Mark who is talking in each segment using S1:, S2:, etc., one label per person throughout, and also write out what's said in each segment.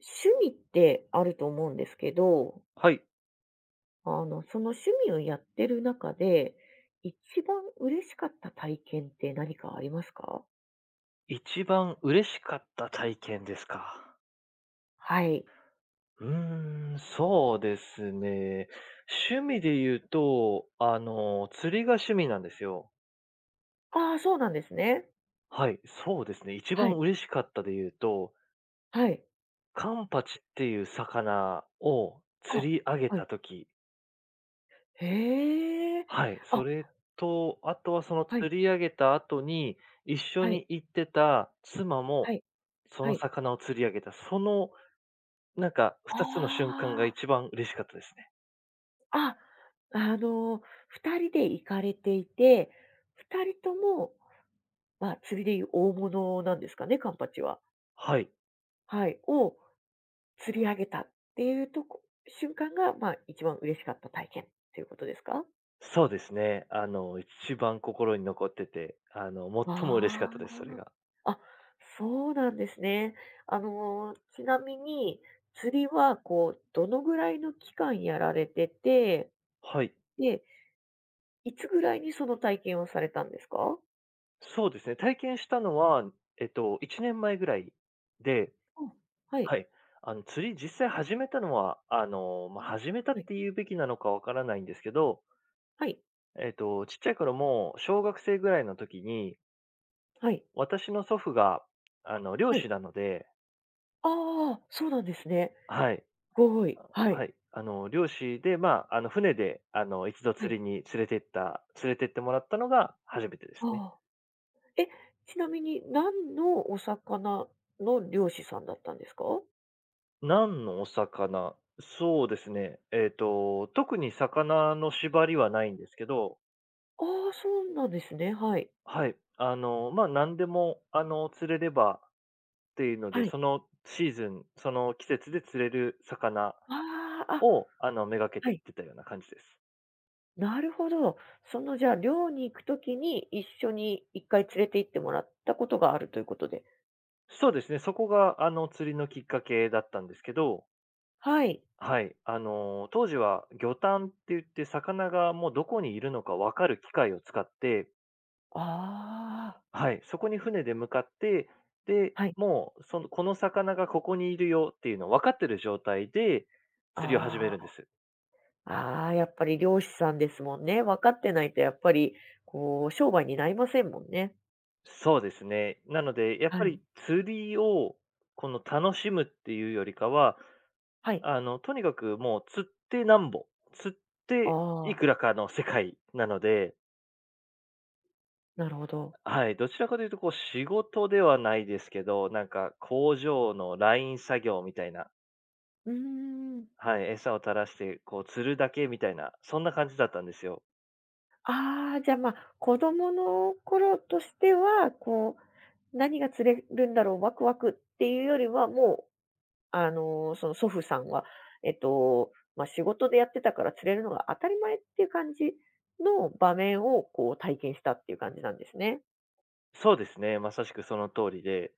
S1: 趣味ってあると思うんですけど、
S2: はい。
S1: その趣味をやってる中で、一番嬉しかった体験って何かありますか？
S2: 一番嬉しかった体験ですか。
S1: はい。
S2: そうですね。趣味で言うと、釣りが趣味なんですよ。
S1: ああ、そうなんですね。
S2: はい、そうですね。一
S1: は
S2: 番
S1: い、
S2: 嬉しかったで言うと、
S1: はい。
S2: カンパチっていう魚を
S1: あ、
S2: 釣り上げ
S1: は
S2: た
S1: い。
S2: 時、
S1: へえ。
S2: はい、
S1: あ、
S2: それと、あとはその
S1: はい、
S2: 釣り上げた後に、一緒
S1: はい、
S2: に行ってた妻
S1: は
S2: も、
S1: い、
S2: そ
S1: は
S2: の
S1: い。
S2: 魚を釣り上げた、
S1: あ
S2: 2つの瞬間が
S1: あ。
S2: 一番嬉しかったですね。
S1: あ、あの、二人で行かれていて、二人とも、まあ、釣りでいう大物なんですかね、カンパチは。
S2: はい、
S1: はい、を釣り上げたっていうとこ瞬間が、まあ、一番嬉しかった体験っていうことですか？
S2: そうですね。一番心に残ってて、最も嬉しかっ
S1: あ
S2: たです、それが。
S1: あ。あ、そうなんですね。ちなみに、釣りはこう、どのぐらいの期間やられてて、
S2: はい。
S1: で、いつぐらいにその体験をされたんですか？
S2: そうですね。体験したのは、1年前ぐらいで、
S1: うん、はい。
S2: はい。釣り実際始めたのは、始めた
S1: は
S2: っ
S1: い、
S2: て言うべきなのかわからないんですけど、
S1: はい、
S2: ちっちゃい頃もう小学生ぐらいの時に、
S1: はい、
S2: 私の祖父が、漁
S1: はい。
S2: 師なので、
S1: ああ、そうなんですね。
S2: はい。
S1: すごい、は
S2: は
S1: い。
S2: い。漁師で、船で、一度
S1: は
S2: 釣
S1: い。
S2: りに連れてってもらったのが初めてですね。
S1: ああ。え、ちなみに何のお魚の漁師さんだったんですか？
S2: 何のお魚、そうですね。特に魚の縛りはないんですけど、
S1: ああ、そうなんですね。はい。
S2: はい。何でも、釣れればっていうので、
S1: はい。
S2: そのシーズン、その季節で釣れる魚
S1: ああ、あ、
S2: を、めがけ
S1: は
S2: ていっ
S1: い。
S2: てたような感じです。
S1: なるほど。そのじゃあ、寮に行くときに一緒に一回連れて行ってもらったことがあるということで。
S2: そうですね。そこが、釣りのきっかけだったんですけど、
S1: はい。
S2: はい。当時は魚探って言って魚がもうどこにいるのかわかる機械を使って、
S1: ああ、
S2: はい、そこに船で向かって、で、
S1: はい。
S2: もうそのこの魚がここにいるよっていうのを分かってる状態で、釣りを始めるん
S1: あ
S2: です。
S1: あ、ああ、やっぱり漁師さんですもんね。分かってないとやっぱり、こう、商売になりませんもんね。
S2: そうですね。なので、やっ
S1: は
S2: ぱ
S1: い。
S2: り釣りをこの楽しむっていうよりかは、
S1: はい。
S2: とにかくもう釣ってなんぼ、釣っ
S1: あ
S2: ていく
S1: あ、
S2: らかの世界なので、
S1: なるほど。
S2: はい、どちらかというと、こう、仕事ではないですけど、なんか工場のライン作業みたいな、
S1: うーん。
S2: はい、餌を垂らして、こう、釣るだけみたいな、そんな感じだったんですよ。
S1: ああ、じゃあ、子供の頃としては、こう何が釣れるんだろう、ワクワクっていうよりは、もう、その祖父さんは、まあ、仕事でやってたから釣れるのが当たり前っていう感じの場面を、こう、体験したっていう感じなんですね。
S2: そうですね、まさしくその通りで、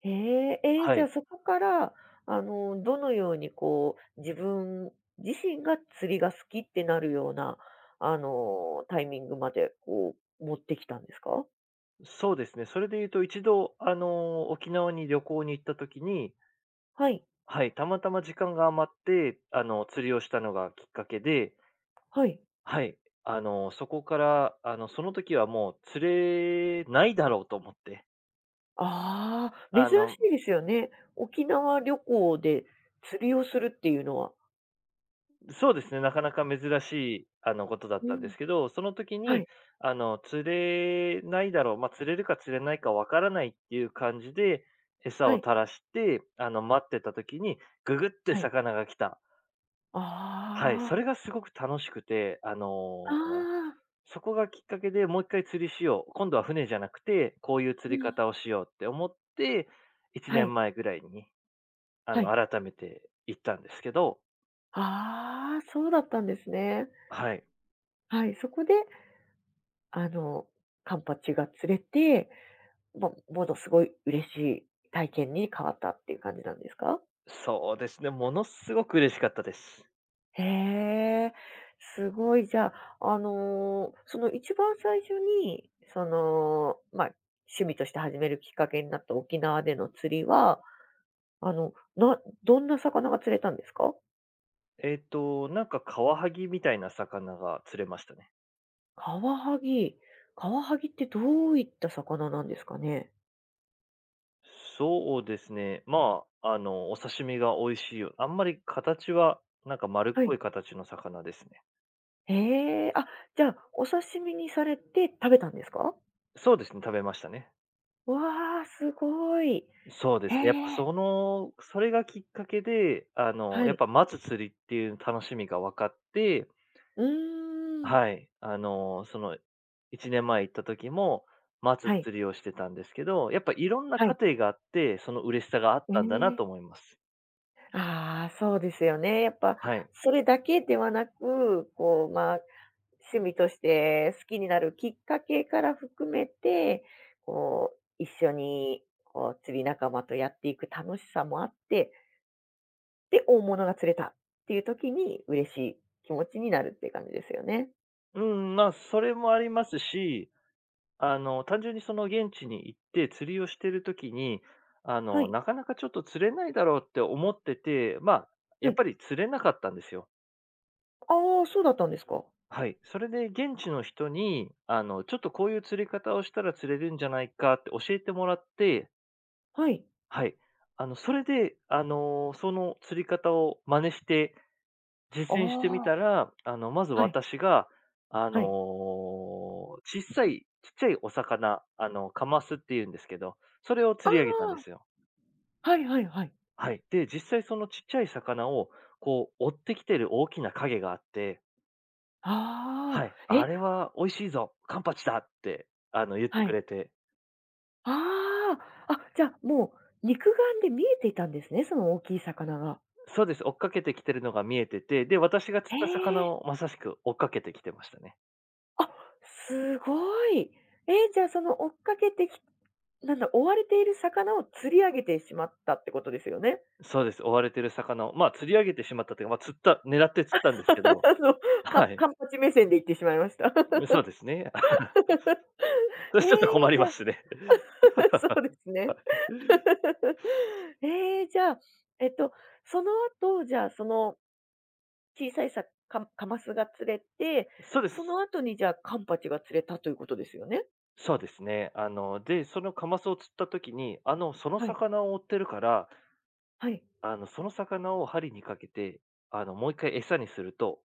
S1: へえ、
S2: は
S1: じゃあ、
S2: い、
S1: そこから、どのように、こう、自分自身が釣りが好きってなるような、タイミングまで、こう、持ってきたんですか？
S2: そうですね、それで言うと、一度、沖縄に旅行に行った時に、
S1: はい、
S2: はい、たまたま時間が余って、釣りをしたのがきっかけで、
S1: はい。
S2: はい、そこから、その時はもう釣れないだろうと思って、
S1: ああ、珍
S2: あ
S1: し
S2: の、
S1: いですよね。沖縄旅行で釣りをするっていうのは。
S2: そうですね、なかなか珍しい、ことだっ
S1: う
S2: たんで
S1: ん。
S2: すけど、その時
S1: は
S2: に、
S1: い、
S2: 釣れないだろう、まあ、釣れるか釣れないかわからないっていう感じで、餌
S1: は
S2: を
S1: い、
S2: 垂らして、待ってた時に、ぐぐって
S1: はい。
S2: 魚が来た。はい、
S1: あ
S2: それ
S1: あ、
S2: がすごく楽しくて、
S1: ああ、
S2: そこがきっかけで、もう一回釣りしよう、今度は船じゃなくて、こういう釣
S1: う
S2: り
S1: ん。
S2: 方をしようって思って、1
S1: は
S2: 年
S1: い、
S2: 前ぐらいに、
S1: はい。
S2: 改めて行ったんですけど、
S1: ああ、そうだったんですね。
S2: はい。
S1: はい、そこで、あの、カンパチが釣れて、ものすごい嬉しい体験に変わったっていう感じなんですか？
S2: そうですね、ものすごく嬉しかったです。
S1: へえ、すごい。じゃあ、その一番最初に、その、趣味として始めるきっかけになった沖縄での釣りは、などんな魚が釣れたんですか？
S2: なんかカワハギみたいな魚が釣れましたね。
S1: カワハギ。カワハギってどういった魚なんですかね？
S2: そうですね、お刺身が美味しいよ、あんまり形は、なんか丸っ
S1: は
S2: こ
S1: い。
S2: い形の魚ですね。
S1: へえ、あ、じゃあ、お刺身にされて食べたんですか？
S2: そうですね、食べましたね。
S1: わあ、すごい。
S2: そうで
S1: へ
S2: すね、やっぱ
S1: え、
S2: その、それがきっかけで、
S1: は
S2: やっ
S1: い。
S2: ぱ待つ釣りっていう楽しみが分かって、
S1: うーん。
S2: はい。1年前行った時も、松
S1: はい、
S2: 釣りをしてたんですけど、やっぱいろんな
S1: は
S2: 過
S1: い。
S2: 程があって、その嬉しさがあっ
S1: え
S2: たんだな
S1: え。
S2: と思います。
S1: ああ、そうですよね。やっぱ、
S2: はい。
S1: それだけではなく、こう、まあ、趣味として好きになるきっかけから含めて、こう、一緒に、こう、釣り仲間とやっていく楽しさもあって、で、大物が釣れたっていう時に嬉しい気持ちになるって感じですよね。
S2: うん、まあ、それもありますし、単純にその現地に行って釣りをしてる時に、
S1: はい。
S2: なかなかちょっと釣れないだろうって思ってて、まあ、や
S1: は
S2: っ
S1: い。
S2: ぱり釣れなかったんですよ。
S1: ああ、そうだったんですか。
S2: はい。それで現地の人に、ちょっとこういう釣り方をしたら釣れるんじゃないかって教えてもらって、
S1: はい。
S2: はい。あの、それで、あの、その釣り方を真似して、
S1: あ
S2: 実践してみた
S1: あ、
S2: ら、まず
S1: はい。
S2: 私が、あの、
S1: はい。
S2: ちっちゃいお魚、カマスって言うんですけど、それを釣
S1: あ
S2: り上げたんですよ。
S1: あ、はいはいはい。
S2: はい。で、実際そのちっちゃい魚を、こう、追ってきてる大きな影があって、
S1: あ
S2: はい。
S1: あ、え、
S2: 「あれは美味しいぞ、カンパチだ」って、言って
S1: は
S2: く
S1: い。
S2: れて、
S1: ああ、あ、じゃあ、もう肉眼で見えていたんですね、その大きい魚が。
S2: そうです、追っかけてきてるのが見えてて、で、私が釣
S1: へ
S2: った
S1: え。
S2: 魚をまさしく追っかけてきてましたね。
S1: あ、すごい。え、じゃあ、その追っかけてきなんだ、追われている魚を釣り上げてしまったってことですよね？
S2: そうです。追われてる魚を、まあ、釣り上げてしまったというか、まあ、釣った狙って釣
S1: あ
S2: ったんですけど、
S1: の、
S2: はい。
S1: カンパチ目線で言ってしまいました。
S2: そうですね。それちょっと困り
S1: じ
S2: ま
S1: ゃあ。
S2: すね。
S1: そうですね。えじゃあ、えっと、その後、じゃあ、その小さいカマスが釣れて、
S2: そうで
S1: そ
S2: す。
S1: の後にじゃあ、カンパチが釣れたということですよね？
S2: そうですね。で、そのカマスを釣った時に、その
S1: はい、
S2: 魚を追ってるから、
S1: はい。
S2: その魚を針にかけて、もう一回餌にすると、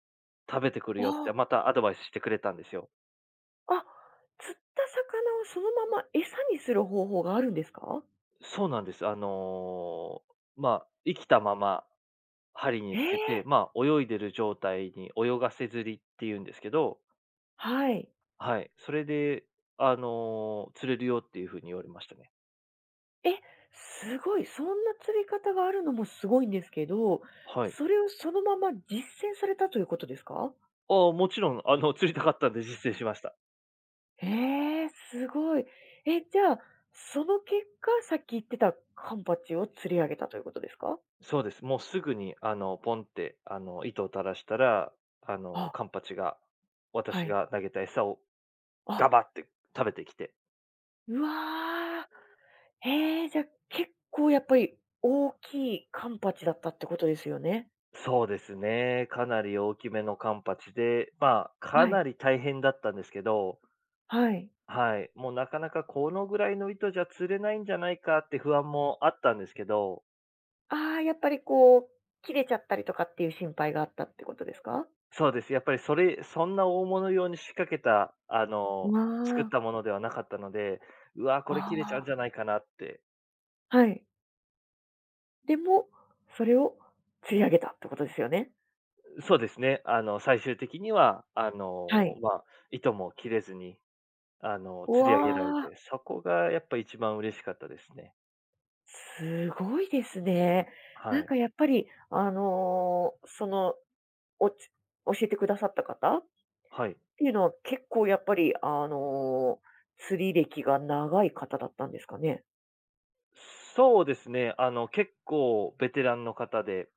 S2: 食べてくるよっ
S1: あ
S2: て
S1: あ、
S2: またアドバイスしてくれたんですよ。
S1: あ、釣った魚をそのまま餌にする方法があるんですか？
S2: そうなんです。生きたまま針に
S1: え
S2: つけて、
S1: え、
S2: まあ、泳いでる状態に、泳がせ釣りっていうんですけど、
S1: はい。
S2: はい。それで、釣れるよっていう風に言われましたね。
S1: え、すごい、そんな釣り方があるのもすごいんですけど、
S2: はい。
S1: それをそのまま実践されたということですか？
S2: ああ、もちろん、釣りたかったんで実践しました。
S1: ええ、すごい。え、じゃあ、その結果、さっき言ってたカンパチを釣り上げたということですか？
S2: そうです。もうすぐに、ポンって、糸を垂らしたら、
S1: あ、
S2: カンパチが、
S1: は
S2: 私
S1: い。
S2: が投げた餌を
S1: あ、
S2: ガバって食べてきて。
S1: うわー。へえ、じゃ、結構やっぱり大きいカンパチだったってことですよね？
S2: そうですね。かなり大きめのカンパチで、まあ、か
S1: は
S2: な
S1: い。
S2: り大変だったんですけど、
S1: はい。
S2: はい。もうなかなかこのぐらいの糸じゃ釣れないんじゃないかって不安もあったんですけど、
S1: ああ、やっぱりこう、切れちゃったりとかっていう心配があったってことですか？
S2: そうです。やっぱりそれ、そんな大物用に仕掛けた、
S1: わ
S2: 作っ
S1: あ。
S2: たものではなかったので、うわ、これ切れちゃうんじ
S1: あ
S2: ゃないかなって。
S1: あ、はい。でも、それを釣り上げたってことですよね？
S2: そうですね。最終的には、
S1: はい。
S2: 糸も切れずに、
S1: う
S2: 釣り上げられ
S1: わあ、
S2: て、そこがやっぱ一番嬉しかったですね。
S1: すごいですね。な
S2: は
S1: ん
S2: い。
S1: かやっぱり、その、おち教えてくださった方
S2: はい。
S1: ていうのは、結構やっぱり、釣り歴が長い方だったんですかね？
S2: そうですね。結構ベテランの方で、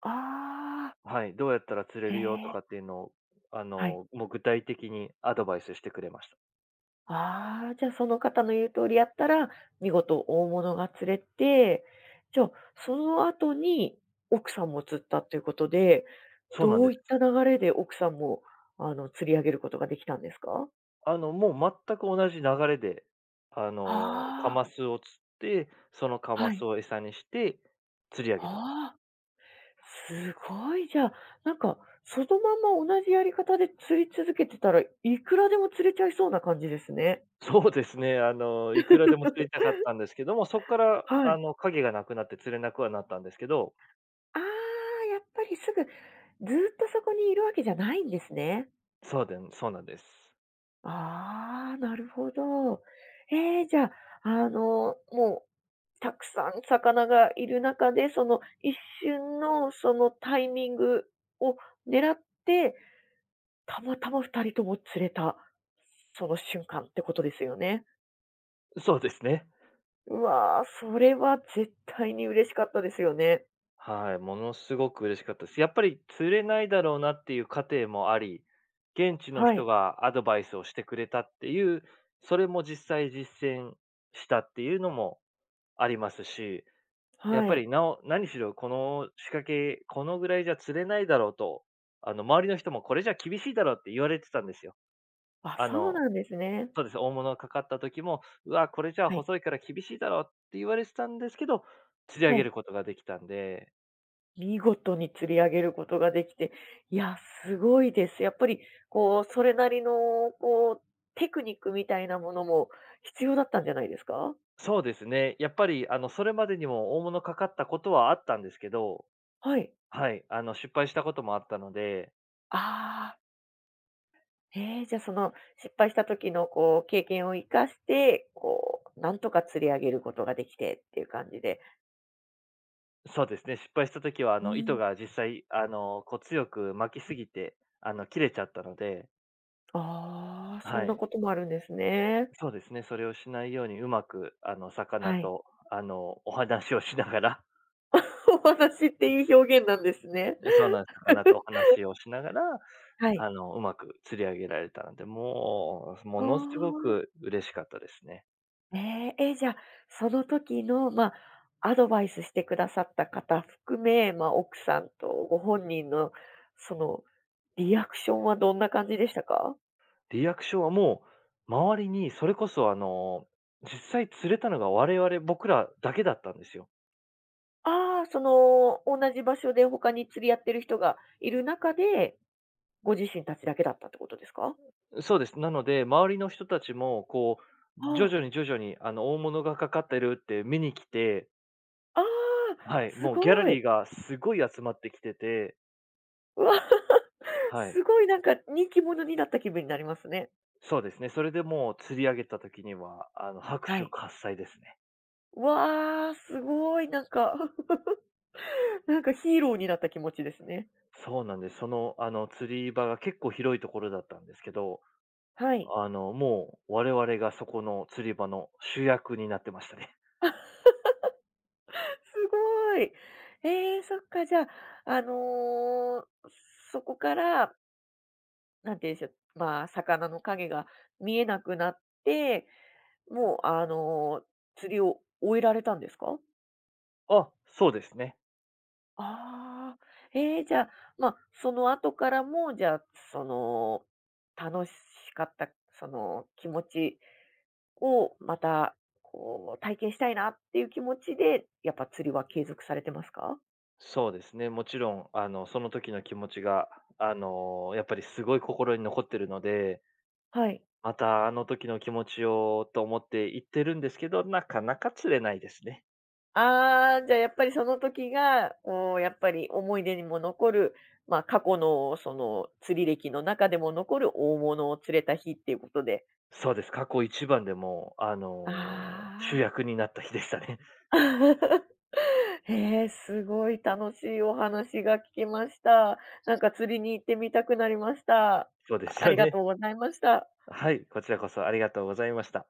S1: ああ、
S2: はい、どうやったら釣れ
S1: へえ、
S2: るよとかっていうのを、
S1: はい。
S2: もう具体的にアドバイスしてくれました。
S1: ああ、じゃ、あその方の言う通りやったら、見事大物が釣れて、じゃあ、その後に奥さんも釣ったということで、
S2: そうなん
S1: ど
S2: で
S1: ういっ
S2: す。
S1: た流れで奥さんも、釣り上げることができたんですか？
S2: もう全く同じ流れで、カ
S1: ああ、
S2: マスを釣って、そのカマ
S1: はい。
S2: スを餌にして釣り上げたんです。
S1: ああ。すごい、じゃあ、なんか、そのまんま同じやり方で釣り続けてたら、いくらでも釣れちゃいそうな感じですね。
S2: そうですね、いくらでも 釣りたかったんですけども、そこから、
S1: はい。
S2: 影がなくなって釣れなくはなったんですけど、
S1: ああ、やっぱりすぐ、ずーっとそこにいるわけじゃないんですね。
S2: そうでんそうなんです。
S1: ああ、なるほど。じゃあ、もう、たくさん魚がいる中で、その一瞬のそのタイミングを狙って、たまたま2人とも釣れた、その瞬間ってことですよね。
S2: そうですね。
S1: うわー、それは絶対に嬉しかったですよね。
S2: はい、ものすごく嬉しかったです。やっぱり釣れないだろうなっていう過程もあり、現地の
S1: は
S2: 人
S1: い。
S2: がアドバイスをしてくれたっていう、それも実際実践したっていうのもありますし、やっ
S1: は
S2: ぱ
S1: い。
S2: り、何しろこの仕掛け、このぐらいじゃ釣れないだろうと、周りの人もこれじゃ厳しいだろうって言われてたんですよ。
S1: あ、
S2: あ
S1: そう
S2: の、
S1: なんですね。
S2: そうです、大物がかかった時も、うわ、これじゃ
S1: はい。
S2: 細いから厳しいだろうって言われてたんですけど、釣り上
S1: は
S2: げる
S1: い。
S2: ことができたんで、
S1: 見事に釣り上げることができて、いや、すごいです。やっぱり、こう、それなりの、こう、テクニックみたいなものも必要だったんじゃないですか？
S2: そうですね、やっぱり、それまでにも大物かかったことはあったんですけど、
S1: はい。
S2: はい、失敗したこともあったので、
S1: ああ、じゃ、あその、失敗した時の、こう、経験を生かして、こう、なんとか釣り上げることができてっていう感じで。
S2: そうですね、失敗した時は、
S1: う
S2: 糸
S1: ん。
S2: が実際、こう強く巻きすぎて、切れちゃったので、
S1: ああ、そん
S2: は
S1: な
S2: い。
S1: こともあるんですね。
S2: そうですね、それをしないようにうまく、魚
S1: はい。
S2: と、お話をしながら、
S1: お話っていう 表現なんですね。
S2: そうなんです、魚とお話をしながら、
S1: はい。
S2: うまく釣り上げられたので、もう、も
S1: ああ、
S2: のすごく嬉しかったですね。
S1: えーえ、じゃあ、その時の、まあ、アドバイスしてくださった方含め、まあ、奥さんとご本人の、その、リアクションはどんな感じでしたか？
S2: リアクションはもう、周りに、それこそ、実際釣れたのが我々、僕らだけだったんですよ。
S1: ああー、その、同じ場所で他に釣り合ってる人がいる中で、ご自身たちだけだったってことですか？
S2: そうです。なので、周りの人たちも、こう、徐
S1: ああ、
S2: 々に徐々に、大物がかかってるって見に来て、
S1: ああ、
S2: はい、
S1: す
S2: もうギャラ
S1: ごい。
S2: リーがすごい集まってきてて、
S1: うわ。
S2: はい。
S1: すごいなんか人気者になった気分になりますね。
S2: そうですね。それでもう釣り上げた時には、拍
S1: は
S2: 手
S1: い。
S2: 喝采ですね。
S1: わあ、すごい、なんか なんかヒーローになった気持ちですね。
S2: そうなんです。その、釣り場が結構広いところだったんですけど、
S1: はい。
S2: もう我々がそこの釣り場の主役になってましたね。
S1: すごい。そっか、じゃあ、あのーそこから、なんて言うんでしょう、まあ、魚の影が見えなくなって、もう、釣りを終えられたんですか？
S2: あ、そうですね。
S1: ああ、じゃあ、まあ、その後からも、じゃあ、その、楽しかった、その、気持ちをまた、こう、体験したいなっていう気持ちで、やっぱ釣りは継続されてますか？
S2: そうですね。もちろん、その時の気持ちが、やっぱりすごい心に残ってるので、
S1: はい。
S2: またあの時の気持ちをと思って行ってるんですけど、なかなか釣れないですね。
S1: ああ、じゃあ、やっぱりその時が、こう、やっぱり思い出にも残る、まあ、過去の、その、釣り歴の中でも残る大物を釣れた日っていうことで。
S2: そうです。過去一番でもう、
S1: あ
S2: 主
S1: あ。
S2: 役になった日でしたね。
S1: へえ、すごい楽しいお話が聞きました。なんか釣りに行ってみたくなりました。あ、
S2: そうです
S1: あ
S2: よ
S1: りが
S2: ね。
S1: とうございました。
S2: はい、こちらこそありがとうございました。